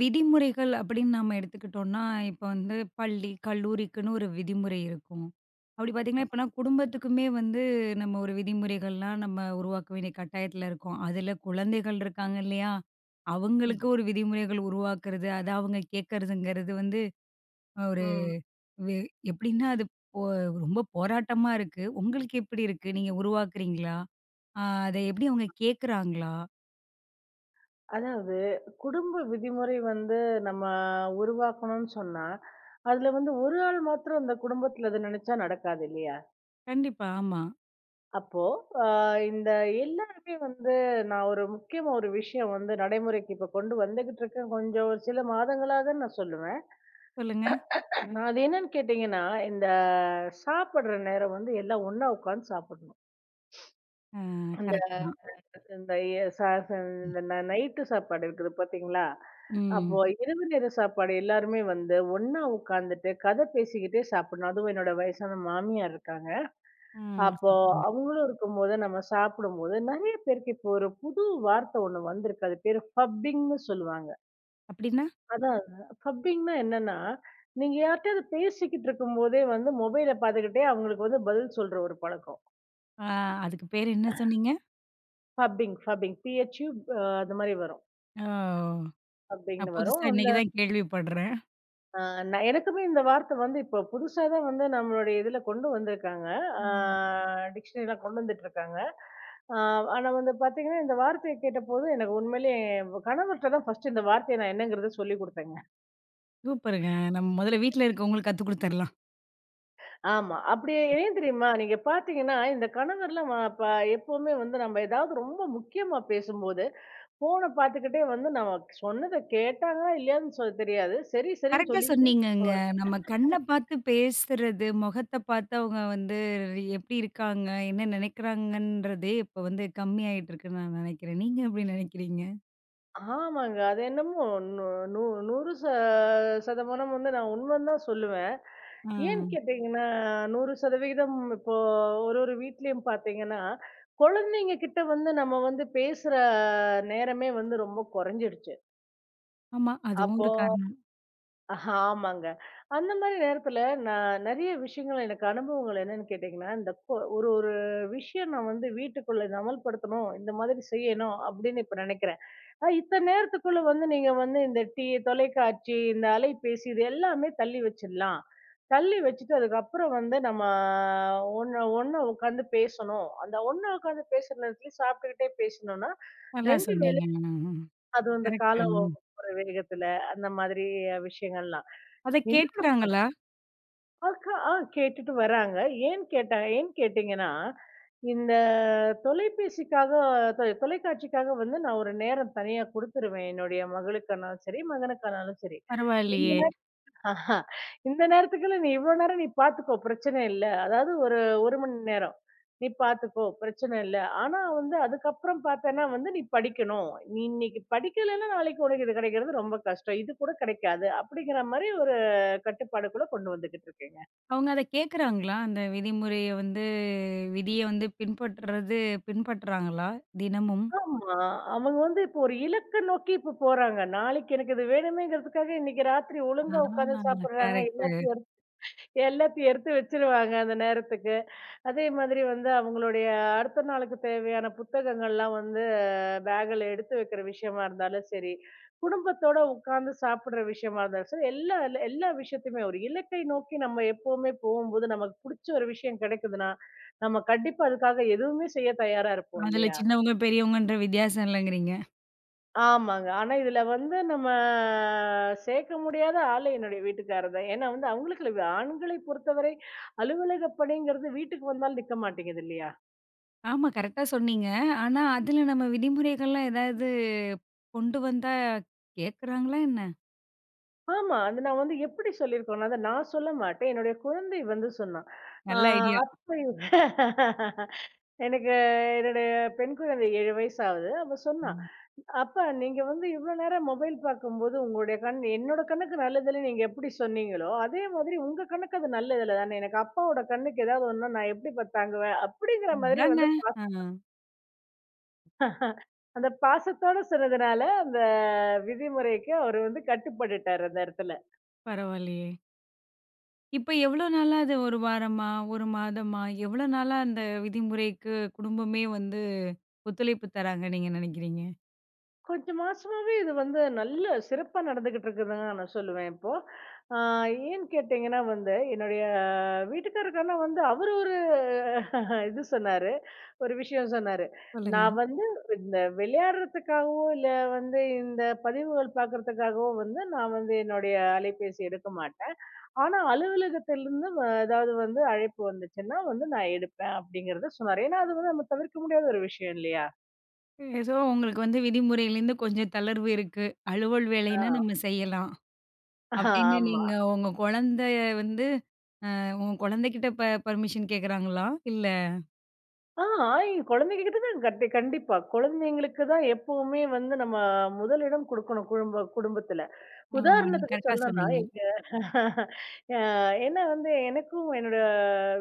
விதிமுறைகள் அப்படின்னு நம்ம எடுத்துக்கிட்டோம்னா, இப்ப வந்து பள்ளி, கல்லூரிக்குன்னு ஒரு விதிமுறை இருக்கும். அப்படி பார்த்தீங்கன்னா, இப்பனா குடும்பத்துக்குமே வந்து நம்ம ஒரு விதிமுறைகள்லாம் நம்ம உருவாக்க வேண்டிய கட்டாயத்துல இருக்கோம். அதுல குழந்தைகள் இருக்காங்க இல்லையா? ம். அவங்களுக்கு ஒரு விதிமுறைகள் உருவாக்குறது, அத அவங்க கேட்கறதுங்கிறது வந்து ஒரு ம். வே எப்படின்னா அது போ ரொம்ப போராட்டமா இருக்கு. உங்களுக்கு எப்படி இருக்கு? நீங்க உருவாக்குறீங்களா? அ அத எப்படி அவங்க கேட்கறாங்களா? அதாவது, குடும்ப விதிமுறை வந்து நம்ம உருவாக்கணும்னு சொன்னா, அதுல வந்து ஒரு ஆள் மாத்திரம் அந்த குடும்பத்துல அத நினைச்சா நடக்காது இல்லையா? கண்டிப்பா. ஆமா. அப்போ அ இந்த எல்லாருமே வந்து நான் ஒரு முக்கியமா ஒரு விஷயம் வந்து நடைமுறைக்கு இப்ப கொண்டு வந்துகிட்டு இருக்கேன். கொஞ்சம் ஒரு சில மாதங்களாகன்னு நான் சொல்லுவேன். சொல்லுங்க. அது என்னன்னு கேட்டீங்கன்னா, இந்த சாப்பிடுற நேரம் வந்து எல்லாம் ஒண்ணா உட்கார்ந்து சாப்பிடணும். கரெக்ட்டு தான். இந்த எ ச ச இந்த ந நைட்டு சாப்பாடு இருக்குது பார்த்தீங்களா? ம். அப்போ இரவு நேர சாப்பாடு எல்லாருமே வந்து ஒண்ணா உட்காந்துட்டு கதை பேசிக்கிட்டே சாப்பிடணும். அதுவும் என்னோட வயசான மாமியார் இருக்காங்க. ம். அப்போ சூப்பர். அவங்களும் இருக்கும்போது நம்ம சாப்பிடும்போது நெறைய பேருக்கு இப்போ ஒரு புது வார்த்தை ஒண்ணு வந்திருக்கு. அது பேரு ஃபப்பிங்ன்னு சொல்லுவாங்க. அப்படின்னா? அதான் ஃபப்பிங்ன்னா என்னன்னா, நீங்க யார்ட்டயாவது பேசிக்கிட்டு இருக்கும்போதே வந்து மொபைல பார்த்துக்கிட்டே அவங்களுக்கு வந்து பதில் சொல்ற ஒரு பழக்கம். ஆ, அதுக்கு பேரு என்ன சொன்னீங்க? ஃபப்பிங் ஃபப்பிங். பி-ஹெச்-யூ அது மாரி வரும். ஓ! நான் ஃபப்பிங்ன்னு புதுசா வரும். இன்னைக்கு தான் கேள்விப்படுறேன். ஆ, நான் எனக்குமே இந்த வார்த்தை வந்து இப்போ புதுசா தான் வந்து நம்மளுடைய இதுல கொண்டு வந்திருக்காங்க. ஆ ம். டிக்ஷனரில கொண்டு வந்துட்டு இருக்காங்க. ஆ ஆனா வந்து பார்த்தீங்கன்னா, இந்த வார்த்தைய கேட்டபோது எனக்கு உண்மையிலேயே கணவர்ட்ட தான் ஃபர்ஸ்ட் இந்த வார்த்தைய நான் என்னங்கிறத சொல்லிக் குடுத்தேங்க. சூப்பருங்க. நம்ம முதல்ல வீட்ல இருக்கவங்களுக்கு கத்து குடுத்துரலாம். ஆமா. அப்படி ஏன் தெரியுமா? நீங்க பார்த்தீங்கன்னா, இந்த கணவர்லாம் வ ப எப்பவுமே வந்து நம்ம ஏதாவது ரொம்ப முக்கியமா பேசும்போது, ஃபோன பார்த்துக்கிட்டே வந்து நம்ம சொன்னத கேட்டாங்களா? இல்லையான்னு சொல்ல தெரியாது. சரி சரின்னு கரெக்ட்டா சொல்லிக்கிட்டே சொன்னீங்கங்க. நம்ம கண்ண பார்த்து பேசுறது, முகத்த பார்த்து அவங்க வந்து எப்படி இருக்காங்க, என்ன நினைக்கிறாங்கன்றதே இப்ப வந்து கம்மியாயிட்டு இருக்குன்னு நான் நினைக்கிறேன். நீங்க எப்படி நினைக்கிறீங்க? ஆமாங்க. அது என்னமோ நூ நூ 100 சதமானம் வந்து நான் உண்மைன்னு தான் சொல்லுவேன். ஆ. ஏன்னு கேட்டீங்கன்னா, 100% இப்போ ஒரு ஒரு வீட்லயும் பார்த்தீங்கன்னா, குழந்தைங்க கிட்ட வந்து நம்ம வந்து பேசுற நேரமே வந்து ரொம்ப குறைஞ்சிடுச்சு. ஆமா. அதுவும் அப்போ ஒரு காரணம். ஆமாங்க. அந்த மாரி நேரத்தில நான் நெறைய விஷயங்கள் எனக்கு அனுபவங்கள் என்னன்னு கேட்டீங்கன்னா, இந்த ஒரு ஒரு விஷயம் நான் வந்து வீட்டுக்குள்ள இத அமல்படுத்தணும், இந்த மாதிரி செய்யணும் அப்படின்னு இப்ப நினைக்கிறேன். இத்தன நேரத்துக்குள்ள வந்து நீங்க வந்து இந்த டீ, தொலைக்காட்சி, இந்த அலைபேசி இது எல்லாமே தள்ளி வச்சிடலாம். தள்ளி வச்சுட்டு அதுக்கப்புறம் வந்து நம்ம ஒண்ணா உட்காந்து பேசணும். அந்த ஒண்ணா உட்காந்து பேசுற நேரத்துலயும் சாப்பிட்டுக்கிட்டே பேசணும்னா, நல்லா 2 சொன்னீங்க. வேளையும் ம். அதுவும் இந்த கரெக்ட். காலம் ம். போற வேகத்துல அந்த மாதிரி விஷயங்கள்லாம். அத கேட்கறாங்களா? அக்கா கேட்டுட்டு வராங்க. ஏன் கேட்டீங்கன்னா, இந்த தொலைபேசிக்காக தொ தொலைக்காட்சிக்காக வந்து நான் ஒரு நேரம் தனியா குடுத்துருவேன். என்னுடைய மகளுக்கானாலும் சரி, மகனுக்கானாலும் சரி. இந்த பரவாயில்லையே! ம். நேர ஆஹா இந்த நேரத்துக்குலாம் நீ இவ்வளோ நேரம் நீ பார்த்துக்கோ பிரச்சனை இல்ல. அதாவது ஒரு 1 மணி நேரம். நீ பார்த்துக்கோ பிரச்சனை இல்ல. ஆனா வந்து அதுக்கப்புறம் பார்த்தேன்னா வந்து நீ படிக்கணும். நீ இன்னைக்கு படிக்கலன்னா நாளைக்கு உனக்கு இது கிடைக்கிறது ரொம்ப கஷ்டம். இது கூட கிடைக்காது. அப்படிங்கிற மாரி ஒரு கட்டுப்பாடுக்குள்ள கொண்டு வந்துகிட்டு இருக்கேங்க. அவங்க அத கேட்கறாங்களா? அந்த விதிமுறைய வந்து விதிய வந்து பின்பற்றாங்களா தினமும்? ஆமா. அவங்க வந்து இப்போ ஒரு இலக்க நோக்கி இப்போ போறாங்க. நாளைக்கு எனக்கு இது வேணுமேங்கிறதுக்காக இன்னைக்கு ராத்திரி ஆ, ஒழுங்கா உட்காந்து சாப்பிடுறாங்க. கரெக்ட்டு. எல்லாத்தையும் எடுத்து வச்சுருவாங்க அந்த நேரத்துக்கு. அதே மாதிரி வந்து அவங்களுடைய அடுத்த நாளுக்கு தேவையான புத்தகங்கள்லாம் வந்து பேக்குல எடுத்து வைக்கிற விஷயமா இருந்தாலும் சரி, குடும்பத்தோட உட்கார்ந்து சாப்பிடுற விஷயமா இருந்தாலும் சரி, எல்லா எல்லா விஷயத்தையுமே ஒரு இலக்கை நோக்கி நம்ம எப்பவுமே போகும்போது நமக்கு புடிச்ச ஒரு விஷயம் கிடைக்குதுன்னா, நம்ம கண்டிப்பா அதுக்காக எதுவுமே செய்ய தயாரா இருப்போம் அதுல இல்லையா? சின்னவங்க, பெரியவங்கன்ற வித்தியாசம் இல்லங்கிறீங்க. ஆமாங்க. ஆனா இதுல வந்து நம்ம சேர்க்க முடியாத ஆளு என்னுடைய வீட்டுக்காரர் தான். ஏன்னா வந்து அவங்களுக்கு இல்ல, ஆண்களை பொறுத்தவரை அலுவலக பணிங்கிறது வீட்டுக்கு வந்தாலும் நிக்க மாட்டேங்குது இல்லையா? ஆமா, கரெக்ட்டா சொன்னீங்க. ஆனா அதுல நம்ம விதிமுறைகள்லாம் ஏதாவது கொண்டு வந்தா கேட்கறாங்களா என்ன? ஆமா. அது நான் வந்து எப்படி சொல்லியிருக்கோன்னா, அத நான் சொல்ல மாட்டேன். என்னுடைய குழந்தை வந்து சொன்னா. ஆ நல்ல ஐடியா. அப்ப எனக்கு என்னுடைய பெண் குழந்தை 7 வயசு ஆகுது. அவ சொன்னா, ம். அப்ப நீங்க வந்து இவ்ளோ நேரம் மொபைல் பார்க்கும்போது, உங்களுடைய கண் என்னோட கண்ணுக்கு நல்லதுன்னு நீங்க எப்படி சொன்னீங்களோ, அதே மாதிரி உங்க கண்ணுக்கு அது நல்லதுல தானே. எனக்கு அப்பாவோட கண்ணுக்கு ஏதாவது ஒண்ணுன்னா நான் எப்படி தாங்குவேன்? அப்படிங்கிற மாதிரி அதாங்க. வந்து ஆ, அந்த பாசத்தோட சொன்னதுனால, அந்த விதிமுறைக்கு அவரு வந்து கட்டுப்பட்டுட்டாரு அந்த இடத்துல. பரவாயில்லயே! இப்ப எவ்வளோ நாளா? அது 1 வாரமா? 1 மாதமா? எவ்வளோ நாளா அந்த விதிமுறைக்கு குடும்பமே வந்து ஒத்துழைப்பு தராங்க நீங்க நினைக்கிறீங்க? கொஞ்சம் மாசமாவே இது வந்து நல்ல சிறப்பா நடந்துகிட்டு இருக்குதுங்க நான் சொல்லுவேன் இப்போ. ஆ ஏன்னு கேட்டீங்கன்னா வந்து, என்னுடைய வீட்டுக்காரருக்கான வந்து அவரு ஒரு இது சொன்னாரு. ஒரு விஷயம் சொன்னாரு. சொல்லுங்க. நான் வந்து இந்த விளையாடுறதுக்காகவோ, இல்ல வந்து இந்த பதிவுகள் பார்க்கறதுக்காகவோ வந்து நான் வந்து என்னுடைய அலைபேசி எடுக்க மாட்டேன். ஆனா அலுவலகத்திலிருந்து ஏதாவது வந்து அழைப்பு வந்துச்சுன்னா வந்து நான் எடுப்பேன் அப்படிங்கிறத சொன்னாரு. ஏன்னா அது வந்து நம்ம தவிர்க்க முடியாத ஒரு விஷயம் இல்லையா? ஏதோ உங்களுக்கு வந்து விதிமுறையிலேருந்து கொஞ்சம் தளர்வு இருக்கு. அலுவல் ஆ வேலைன்னா நம்ம செய்யலாம் அப்படின்னு ஆமா. நீங்க உங்க குழந்தை வந்து உங்க குழந்தைகிட்ட பெர்மிஷன் கேட்கறாங்களா? இல்ல ஆ, ஆயி குழந்தைங்ககிட்ட தான் கட்டி கண்டிப்பா. குழந்தைங்களுக்கு தான் எப்பவுமே வந்து நம்ம முதலிடம் குடுக்கணும் குடும்பத்துல. ஆமா நீங்க உதாரணத்துக்கு கரெக்ட்டா சொல்லணும்னா, சொன்னீங்க. எங்க அ ஏன்னா வந்து எனக்கும் என்னோட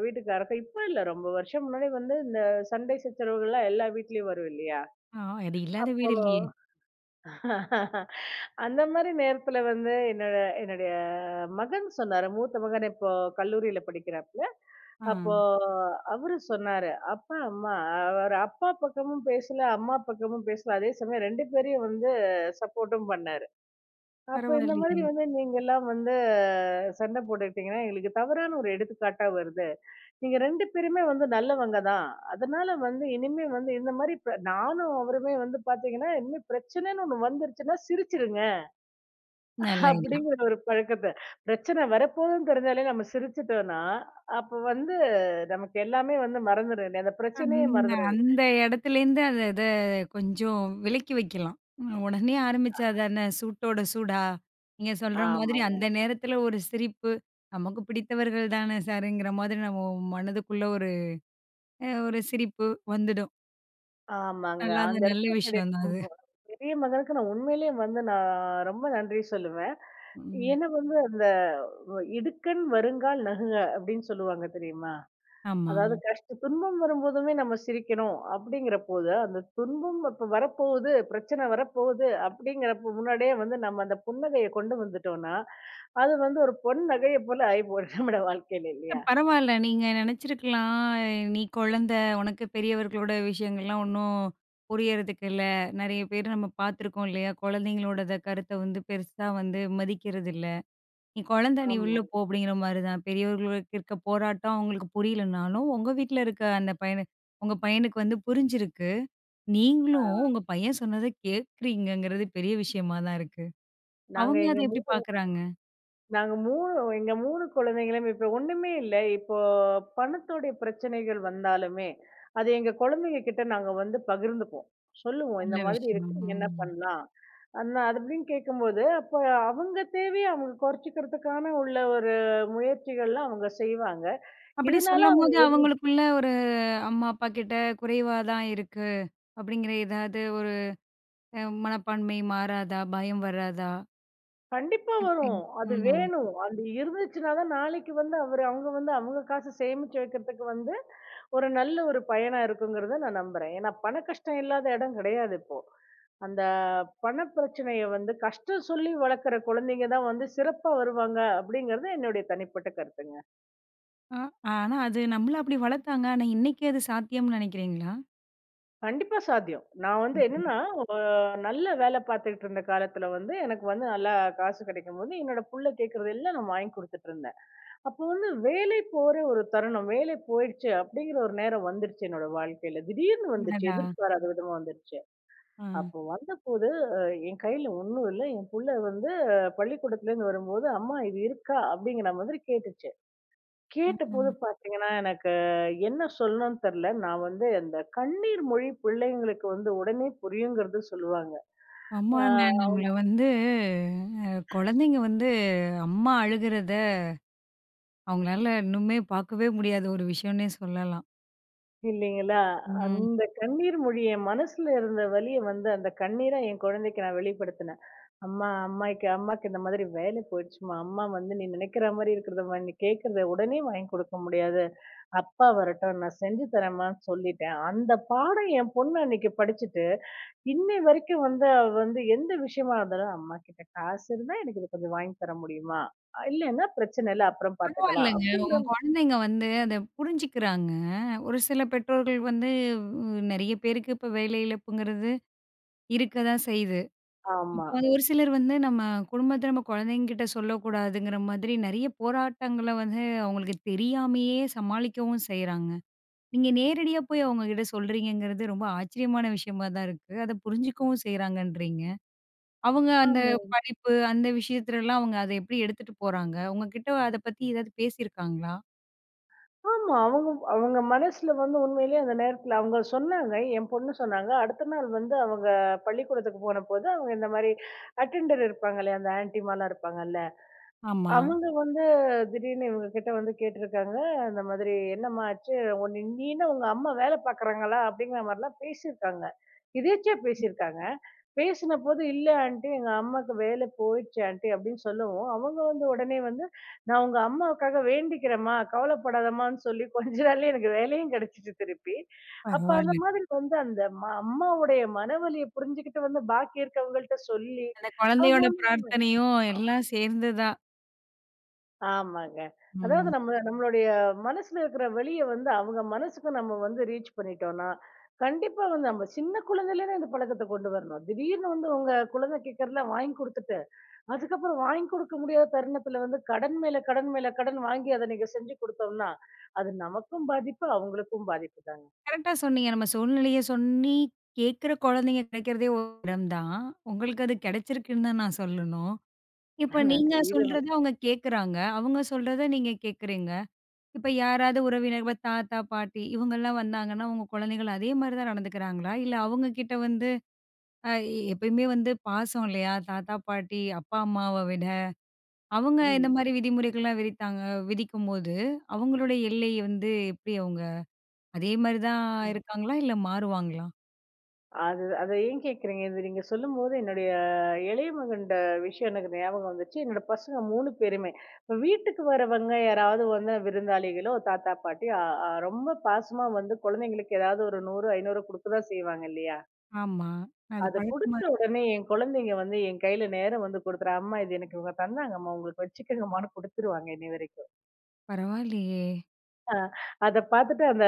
வீட்டுக்காரருக்கும் இப்ப இல்ல ரொம்ப வருஷம் முன்னாடி வந்து இந்த சண்டை சச்சரவுகள்லாம் எல்லா வீட்லயும் வரும் இல்லையா? ஆ, அது இல்லாத அப்போ வீடு இல்லையே! அந்த மாரி நேரத்துல வந்து என்னுடைய மகன் சொன்னாரு. மூத்த மகன் இப்போ கல்லூரியில படிக்கிறாப்ல. ஆ, அப்போ அவரு சொன்னாரு. அப்பா, அம்மா அவரு அப்பா பக்கமும் பேசல, அம்மா பக்கமும் பேசல. அதே சமயம் 2 பேரையும் வந்து சப்போர்ட்டும் பண்ணாரு. அப்ப இந்த மாதிரி பரவாயில்லையே! வந்து நீங்கலாம் வந்து சண்டை போட்டுக்கிட்டீங்கன்னா, எங்களுக்கு தவறான ஒரு எடுத்துக்காட்டா வருது. நீங்க 2 பேருமே வந்து நல்லவங்க தான். அதனால வந்து இனிமே வந்து இந்த மாதிரி நானும் அவருமே வந்து பார்த்தீங்கன்னா, இனிமே பிரச்சனைன்னு ஒண்ணு வந்துருச்சுன்னா சிரிச்சிருங்க நல்ல ஐடியா. அப்படிங்கிற ஒரு பழக்கத்த. பிரச்சனை வரப்போகுதுன்னு தெரிஞ்சாலே நம்ம சிரிச்சுட்டோம்னா, அப்ப வந்து நமக்கு எல்லாமே வந்து மறந்துரும் இல்லையா? அந்த பிரச்சனையே அந்த மறந்துரும். அந்த இடத்துலேருந்து இத கொஞ்சம் விலக்கி வைக்கலாம். உடனே ஆரம்பிச்சா தானே சூட்டோட சூடா? நீங்க சொல்ற மாதிரி ஆமாங்க. அந்த நேரத்தில ஒரு சிரிப்பு, நமக்கு பிடித்தவர்கள் தானே சாருங்கிற மாதிரி நம்ம மனதுக்குள்ள ஒரு ஒரு சிரிப்பு வந்துடும். ஆமாங்க. நல்லா அந்த தான், நல்ல இடத்துல என்னுடைய விஷயம் தான் அது. பெரிய மகனுக்கு நான் உண்மையிலேயே வந்து நான் ரொம்ப நன்றி சொல்லுவேன். ம். ஏன்னா வந்து அந்த "இடுக்கண் வருங்கால் நகுக" அப்படின்னு சொல்லுவாங்க தெரியுமா? ஆமா. அதாவது கஷ்ட துன்பம் வரும்போதுமே நம்ம சிரிக்கணும் அப்படிங்கிறபோது, அந்த துன்பம் அப்ப வரப்போகுது, பிரச்சனை வரப்போகுது அப்படிங்கிறப்ப முன்னாடியே வந்து நம்ம அந்த புன்னகைய கொண்டு வந்துட்டோம்னா, அது வந்து ஒரு பொன் நகைய போல ஆயி போயிடும் நம்மட வாழ்க்கையில இல்லையா? பரவால்ல. நீங்க நெனச்சிருக்கலாம், நீ குழந்தை, உனக்கு பெரியவர்களோட விஷயங்கள்லாம் ஒண்ணும் புரியறதுக்கு இல்ல. நெறைய பேர் நம்ம பார்த்துருக்கோம் இல்லையா? குழந்தைங்களோட கருத்த வந்து பெருசா வந்து மதிக்கிறது இல்ல. நீ குழந்தை, நீ உள்ள ஆமா. போ அப்படிங்கிற மாரி தான். பெரியவர்களுக்கு இருக்க போராட்டம் அவங்களுக்கு புரியலனாலும், உங்க வீட்ல இருக்க அந்த பையனு உங்க பையனுக்கு வந்து புரிஞ்சிருக்கு. ஆ. நீங்களும் உங்க பையன் சொன்னத கேட்கிறீங்கங்கிறது பெரிய விஷயமா தான் இருக்கு. நாங்க அவங்க அத எங்க எப்படி பார்க்குறாங்க? நாங்க 3 3 குழந்தைகளும் இப்ப ஒண்ணுமே இல்ல. இப்போ பணத்தோடைய பிரச்சனைகள் வந்தாலுமே, அது எங்க குழந்தைங்க கிட்ட நாங்க வந்து பகிர்ந்துப்போம். சொல்லுவோம். நல்ல இந்த மாதிரி விஷயம். இருக்கு. என்ன ம். பண்ணலாம்? அண்ணா அது அப்படின்னு கேட்கும்போது, அப்ப அவங்க தேவைய அவங்க குறைச்சுக்கிறதுக்கான உள்ள ஒரு முயற்சிகள்லாம் அவங்க செய்வாங்க. அப்படி இதனால சொல்லும்போது அவங்களுக்குள்ள ஒரு அம்மா, அப்பா கிட்ட குறைவா தான் இருக்கு. அப்படிங்கிற ஏதாவது ஒரு மனப்பான்மை மாறாதா? பயம் வராதா? கண்டிப்பா எப்படி? வரும். அது ம். வேணும். அது இருந்துச்சுன்னா தான் நாளைக்கு வந்து அவரு அவங்க வந்து அவங்க காசு சேமிச்சு வைக்கிறதுக்கு வந்து, ஒரு நல்ல ஒரு பயனா இருக்குங்கிறத நான் நம்புறேன். ஏன்னா பண கஷ்டம் இல்லாத இடம் கிடையாது இப்போ. அந்த பணப் பிரச்சனைய வந்து கஷ்டம் சொல்லி வளர்க்குற குழந்தைங்க தான் வந்து சிறப்பா வருவாங்க அப்படிங்கிறது என்னுடைய தனிப்பட்ட கருத்துங்க. அ ஆனா அது நம்மள அப்படி வளர்த்தாங்க. ஆனா இன்னைக்கு அது சாத்தியம்னு நினைக்கிறீங்களா? கண்டிப்பா சாத்தியம். நான் வந்து ம். என்னன்னா, நல்ல வேலை பார்த்துக்கிட்டு இருந்த காலத்துல வந்து எனக்கு வந்து நல்லா காசு கிடைக்கும்போது, என்னோட புள்ள கேட்கறதெல்லாம் நான் வாங்கி குடுத்துட்டுருந்தேன். அப்போ வந்து வேலை போற ஒரு தருணம், வேலை போயிடுச்சு அப்படிங்கிற ஒரு நேரம் வந்துருச்சு என்னோட வாழ்க்கையில. திடீர்னு வந்துருச்சு. அடடா! எதிர்பாராத விதமா வந்துருச்சு. ஆ. அப்போ வந்தபோது அ என் கையில ஒண்ணும் இல்ல. என் புள்ள வந்து பள்ளிக்கூடத்துலேருந்து வரும்போது, "அம்மா இது இருக்கா?" அப்படிங்கிற மாதிரி கேட்டுச்சு. கேட்டபோது ம். பார்த்தீங்கன்னா, எனக்கு என்ன சொல்லணும்னு தெரியல. நான் வந்து அந்த கண்ணீர் மொழி பிள்ளைங்களுக்கு வந்து உடனே புரியுங்கிறது சொல்லுவாங்க. ஆ ஆமாங்க. நம்மள வந்து குழந்தைங்க வந்து அம்மா அழுகுறத அவங்களால இன்னுமே பார்க்கவே முடியாத ஒரு விஷயம்னே சொல்லலாம். இல்லைங்களா? ம். அந்த கண்ணீர் மொழி என் மனசுல இருந்த வலிய வந்து அந்த கண்ணீரா என் குழந்தைக்கு நான் வெளிப்படுத்தினேன். "அம்மா அம்மாக்கு இந்த மாதிரி வேலை போயிடுச்சும்மா. அம்மா வந்து நீ நினைக்கிற மாரி இருக்கிறதம்மா. நீ கேட்கிறத உடனே வாங்கி கொடுக்க முடியாது. அப்பா வரட்டும் நான் செஞ்சு தரேம்மான்னு" சொல்லிட்டேன். அந்த பாடம் என் பொண்ணு அன்னைக்கு படிச்சுட்டு, இன்னை வரைக்கும் வந்து அவ வந்து எந்த விஷயமா இருந்தாலும், "அம்மா கிட்ட காசு இருந்தா எனக்கு இது கொஞ்சம் வாங்கி தர முடியுமா? இல்லன்னா பிரச்சனை இல்ல. அப்புறம் பார்த்துக்கலாம்" பரவாயில்லங்க. உங்க அப்படிங்கிற குழந்தைங்க வந்து அத புரிஞ்சுக்கிறாங்க. ஒரு சில பெற்றோர்கள் வந்து நெறைய பேருக்கு இப்ப வேலை இழப்புங்கிறது இருக்க தான் செய்யுது. ஆமா. இப்போ வந்து ஒரு சிலர் வந்து நம்ம குடும்பத்தில நம்ம குழந்தைங்ககிட்ட சொல்லக்கூடாதுங்கிற மாதிரி நெறைய போராட்டங்கள வந்து அவங்களுக்கு தெரியாமயே சமாளிக்கவும் செய்றாங்க. நீங்க நேரடியா போய் அவங்க கிட்ட சொல்றீங்கங்கிறது ரொம்ப ஆச்சரியமான விஷயமா தான் இருக்கு. அத புரிஞ்சுக்கவும் செய்றாங்கன்றீங்க. அவங்க அந்த ஆமா. படிப்பு அந்த விஷயத்துலலாம் அவங்க அத எப்படி எடுத்துட்டு போறாங்க? உங்ககிட்ட அத பத்தி ஏதாவது பேசியிருக்காங்களா? ஆமா. அவங்க அவங்க மனசுல வந்து உண்மையிலேயே அந்த நேரத்துல அவங்க சொன்னாங்க. என் பொண்ணு சொன்னாங்க. அடுத்த நாள் வந்து அவங்க பள்ளிக்கூடத்துக்கு போனபோது, அவங்க இந்த மாரி அட்டெண்டர் இருப்பாங்க இல்லையா? அந்த ஆன்டிமாலாம் இருப்பாங்கல்ல. ஆமா. அவங்க வந்து திடீர்னு இவங்க கிட்ட வந்து கேட்டிருக்காங்க. அந்த மாதிரி "என்னம்மா ஆச்சு? உன்ன நீன்னு உங்க அம்மா வேலை பார்க்குறாங்களா?" அப்படிங்கிற மாரிலாம் பேசியிருக்காங்க. எதேர்ச்சியா பேசியிருக்காங்க. பேசினபோது, "இல்ல ஆன்ட்டி எங்க அம்மாக்கு வேலை போயிடுச்சு ஆன்ட்டி" அப்படின்னு சொல்லவும், அவங்க வந்து உடனே வந்து, "நான் உங்க அம்மாவுக்காக வேண்டிக்கிறேன்ம்மா, கவலைப்படாதம்மான்னு" சொல்லி கொஞ்ச நாள்லயே எனக்கு வேலையும் கிடைச்சுச்சு திருப்பி. அப்ப அந்த பரவால்ல. மாதிரி வந்து அந்த அம்மாவுடைய மனவலிய புரிஞ்சுகிட்டு வந்து பாக்கி இருக்கவங்கள்ட்ட சொல்லி, அந்த அவங்க குழந்தையோட பிரார்த்தனையும் எல்லாம் சேர்ந்து தான். ஆமாங்க. அதாவது ம். நம்மளுடைய மனசுல இருக்கிற வெளிய வந்து அவங்க மனசுக்கு நம்ம வந்து ரீச் பண்ணிட்டோம்னா, கண்டிப்பா வந்து நம்ம சின்ன குழந்தையிலேருந்து இந்த பழக்கத்த கொண்டு வரணும். திடீர்னு வந்து உங்க குழந்தை கேட்கறதெல்லாம் வாங்கி குடுத்துட்டு, அதுக்கப்புறம் வாங்கி கொடுக்க முடியாத தருணத்துல வந்து கடன் மேல கடன் மேல கடன் வாங்கி அத நீங்க செஞ்சு குடுத்தோம்னா, அது நமக்கும் பாதிப்பு, அவங்களுக்கும் பாதிப்பு தாங்க. கரெக்ட்டா சொன்னீங்க. நம்ம சூழ்நிலைய சொல்லி கேட்கிற குழந்தைங்க கிடைக்கிறதே ஒரு இடம் தான். உங்களுக்கு அது கிடைச்சிருக்குன்னு தான் நான் சொல்லணும். இப்ப நீங்க நன்றி. இத சொல்றத வந்து அவங்க கேட்கறாங்க. அவங்க சொல்றத நீங்க கேட்கறீங்க. இப்ப யாராவது உறவினர், இப்ப தாத்தா, பாட்டி இவங்கலாம் வந்தாங்கன்னா, உங்க குழந்தைகள் அதே மாரி தான் நடந்துக்கிறாங்களா? இல்ல அவங்க கிட்ட வந்து அ எப்பயுமே வந்து பாசம் இல்லையா? தாத்தா, பாட்டி, அப்பா, அம்மாவ அவங்க ம். இந்த மாரி விதிமுறைகள்லாம் விதித்தாங்க விதிக்கும்போது, அவங்களுடைய எல்லை வந்து எப்படி அவங்க அதே மாரி தான் இருக்காங்களா? இல்ல மாறுவாங்களா? அது அத ஏன் கேட்கிறீங்க? இது நீங்க சொல்லும்போது என்னுடைய இளைய மகன்ட விஷயம் எனக்கு ஞாபகம் வந்துச்சு. என்னோட பசங்க 3 பேருமே. இப்ப வீட்டுக்கு வரவங்க யாராவது வந்து விருந்தாளிகளோ, தாத்தா, பாட்டி அ அ ரொம்ப பாசமா வந்து குழந்தைங்களுக்கு ஏதாவது ஒரு 100, 500 குடுக்க தான் செய்வாங்க இல்லையா? ஆமா. அது அத பழக்கமா குடுத்த இருக்கு. உடனே என் குழந்தைங்க வந்து என் கையில நேரா வந்து குடுத்துரும். அம்மா இது எனக்கு இவங்க தந்தாங்கம்மா உங்களுக்கு வச்சுக்கங்கம்மான்னு குடுத்துருவாங்க இன்னி வரைக்கும். பரவாயில்லையே! ஆ. அத பாத்துட்டு அந்த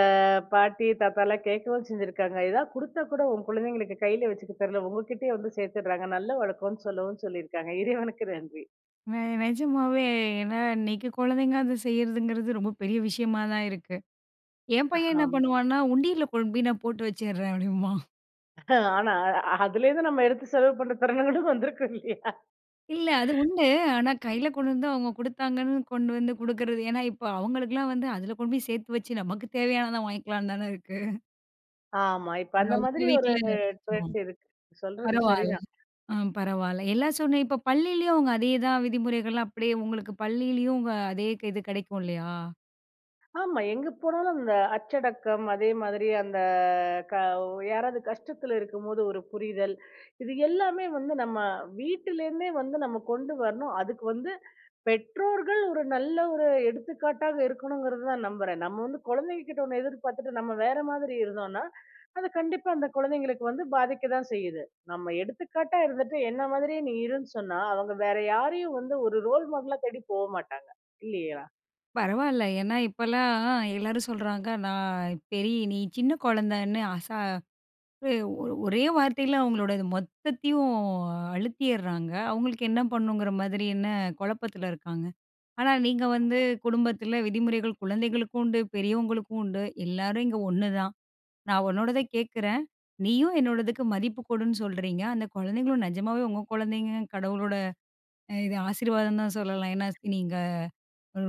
பாட்டி, தாத்தாலாம் கேட்கவும் செஞ்சிருக்காங்க. ஏதாவது குடுத்தா கூட உன் குழந்தைங்களுக்கு கையில வச்சுக்க தெரியல. உங்ககிட்டயே வந்து சேர்த்துடுறாங்க. நல்ல வழக்கம்ன்னு சொல்லவும் சொல்லியிருக்காங்க. இறைவனுக்கு நன்றி. நெஜமாவே ஏன்னா இன்னைக்கு குழந்தைங்க அத செய்றதுங்கிறது ரொம்ப பெரிய விஷயமா தான் இருக்கு. என் பையன் என்ன ஆமா. பண்ணுவான்னா, "உண்டியல்ல கொண்டு போய் நான் போட்டு வச்சுடுறேன்" அப்படிம்பான். ஆனா அதுலேருந்து நம்ம எடுத்து செலவு பண்ற தருணங்களும் வந்திருக்கும் இல்லையா? இல்ல அது உண்டு. ஆனா கையில கொண்டு வந்து அவங்க குடுத்தாங்கன்னு கொண்டு வந்து குடுக்குறது, ஏன்னா இப்ப அவங்களுக்கெல்லாம் வந்து அதில கொண்டு போய் சேர்த்து வச்சு நமக்கு தேவையானத வாங்கிக்கலான்னு தானே இருக்கு. ஆமா. இப்ப அந்த நான் உங்க மாதிரி ஒரு வீட்ல கொஞ்சம் ட்ரெண்ட் இருக்கு. சொல்றது பரவால்ல. சரிதான். ஆ, பரவால்ல. எல்லாம் சொன்ன, இப்ப பள்ளியிலயும் அவங்க அதே தான் விதிமுறைகள், அப்படியே உங்களுக்கு பள்ளியிலயும் உங்க அதே க இது கிடைக்கும் இல்லையா? ஆமா. எங்க போனாலும் அந்த அச்சடக்கம், அதே மாதிரி அந்த க யாராவது கஷ்டத்துல இருக்கும்போது ஒரு புரிதல், இது எல்லாமே வந்து நம்ம வீட்டிலேருந்தே வந்து நம்ம கொண்டு வரணும். அதுக்கு வந்து பெற்றோர்கள் ஒரு நல்ல ஒரு எடுத்துக்காட்டாக இருக்கணுங்கிறது தான் நம்புறேன். நம்ம வந்து குழந்தைங்க கிட்ட ஒண்ணு எதிர்பார்த்துட்டு நம்ம வேற மாதிரி இருந்தோம்னா, அது கண்டிப்பா அந்த குழந்தைங்களுக்கு வந்து பாதிக்க தான் செய்யுது. நம்ம எடுத்துக்காட்டா இருந்துட்டு, என்ன மாதிரியே நீ இருன்னு சொன்னா, அவங்க வேற யாரையும் வந்து ஒரு ரோல் மாடலா தேடி போமாட்டாங்க. இல்லையா? பரவால்ல. ஏன்னா இப்பலாம் எல்லாரும் சொல்றாங்க, நான் பெரிய, நீ சின்ன குழந்தன்னு அசா ஒ ஒரே வார்த்தையில அவங்களோட இது மொத்தத்தையும் அழுத்திர்றாங்க. அவங்களுக்கு என்ன பண்ணுங்கிற மாதிரி என்ன குழப்பத்துல இருக்காங்க. ஆனா நீங்க வந்து குடும்பத்துல விதிமுறைகள் குழந்தைகளுக்கும் உண்டு, பெரியவங்களுக்கும் உண்டு. எல்லாரும் இங்க ஒண்ணு தான். நான் உன்னோடத கேட்கிறேன். நீயும் என்னோடதுக்கு மதிப்பு கொடுன்னு சொல்றீங்க. அந்த குழந்தைங்களும் நெஜமாவே உங்க குழந்தைங்க கடவுளோட இது ஆசீர்வாதம் தான் சொல்லலாம். ஏன்னா, நீங்க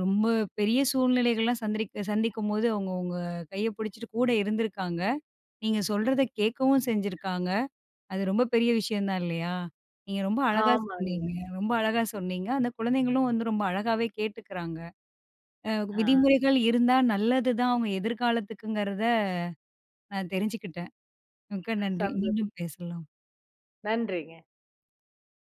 ரொம்ப பெரிய சூழ்நிலைகள்லாம் சந்திக்கும்போது அவங்க உங்க கைய பிடிச்சிட்டு கூட இருந்திருக்காங்க. நீங்க சொல்றத கேட்கவும் செஞ்சிருக்காங்க. அது ரொம்ப பெரிய விஷயம் தான் இல்லையா? நீங்க ரொம்ப அழகா சொன்னீங்க. ஆமாங்க. ரொம்ப அழகா சொன்னீங்க. அந்த குழந்தைங்களும் வந்து ரொம்ப அழகாவே கேட்டுக்கிறாங்க. அ ஆ. விதிமுறைகள் இருந்தா நல்லது தான் அவங்க எதிர்காலத்துக்குங்கிறத நான் தெரிஞ்சுக்கிட்டேன். மிக்க நன்றி. சந்தோஷ். மீண்டும் பேசலாம். நன்றிங்க.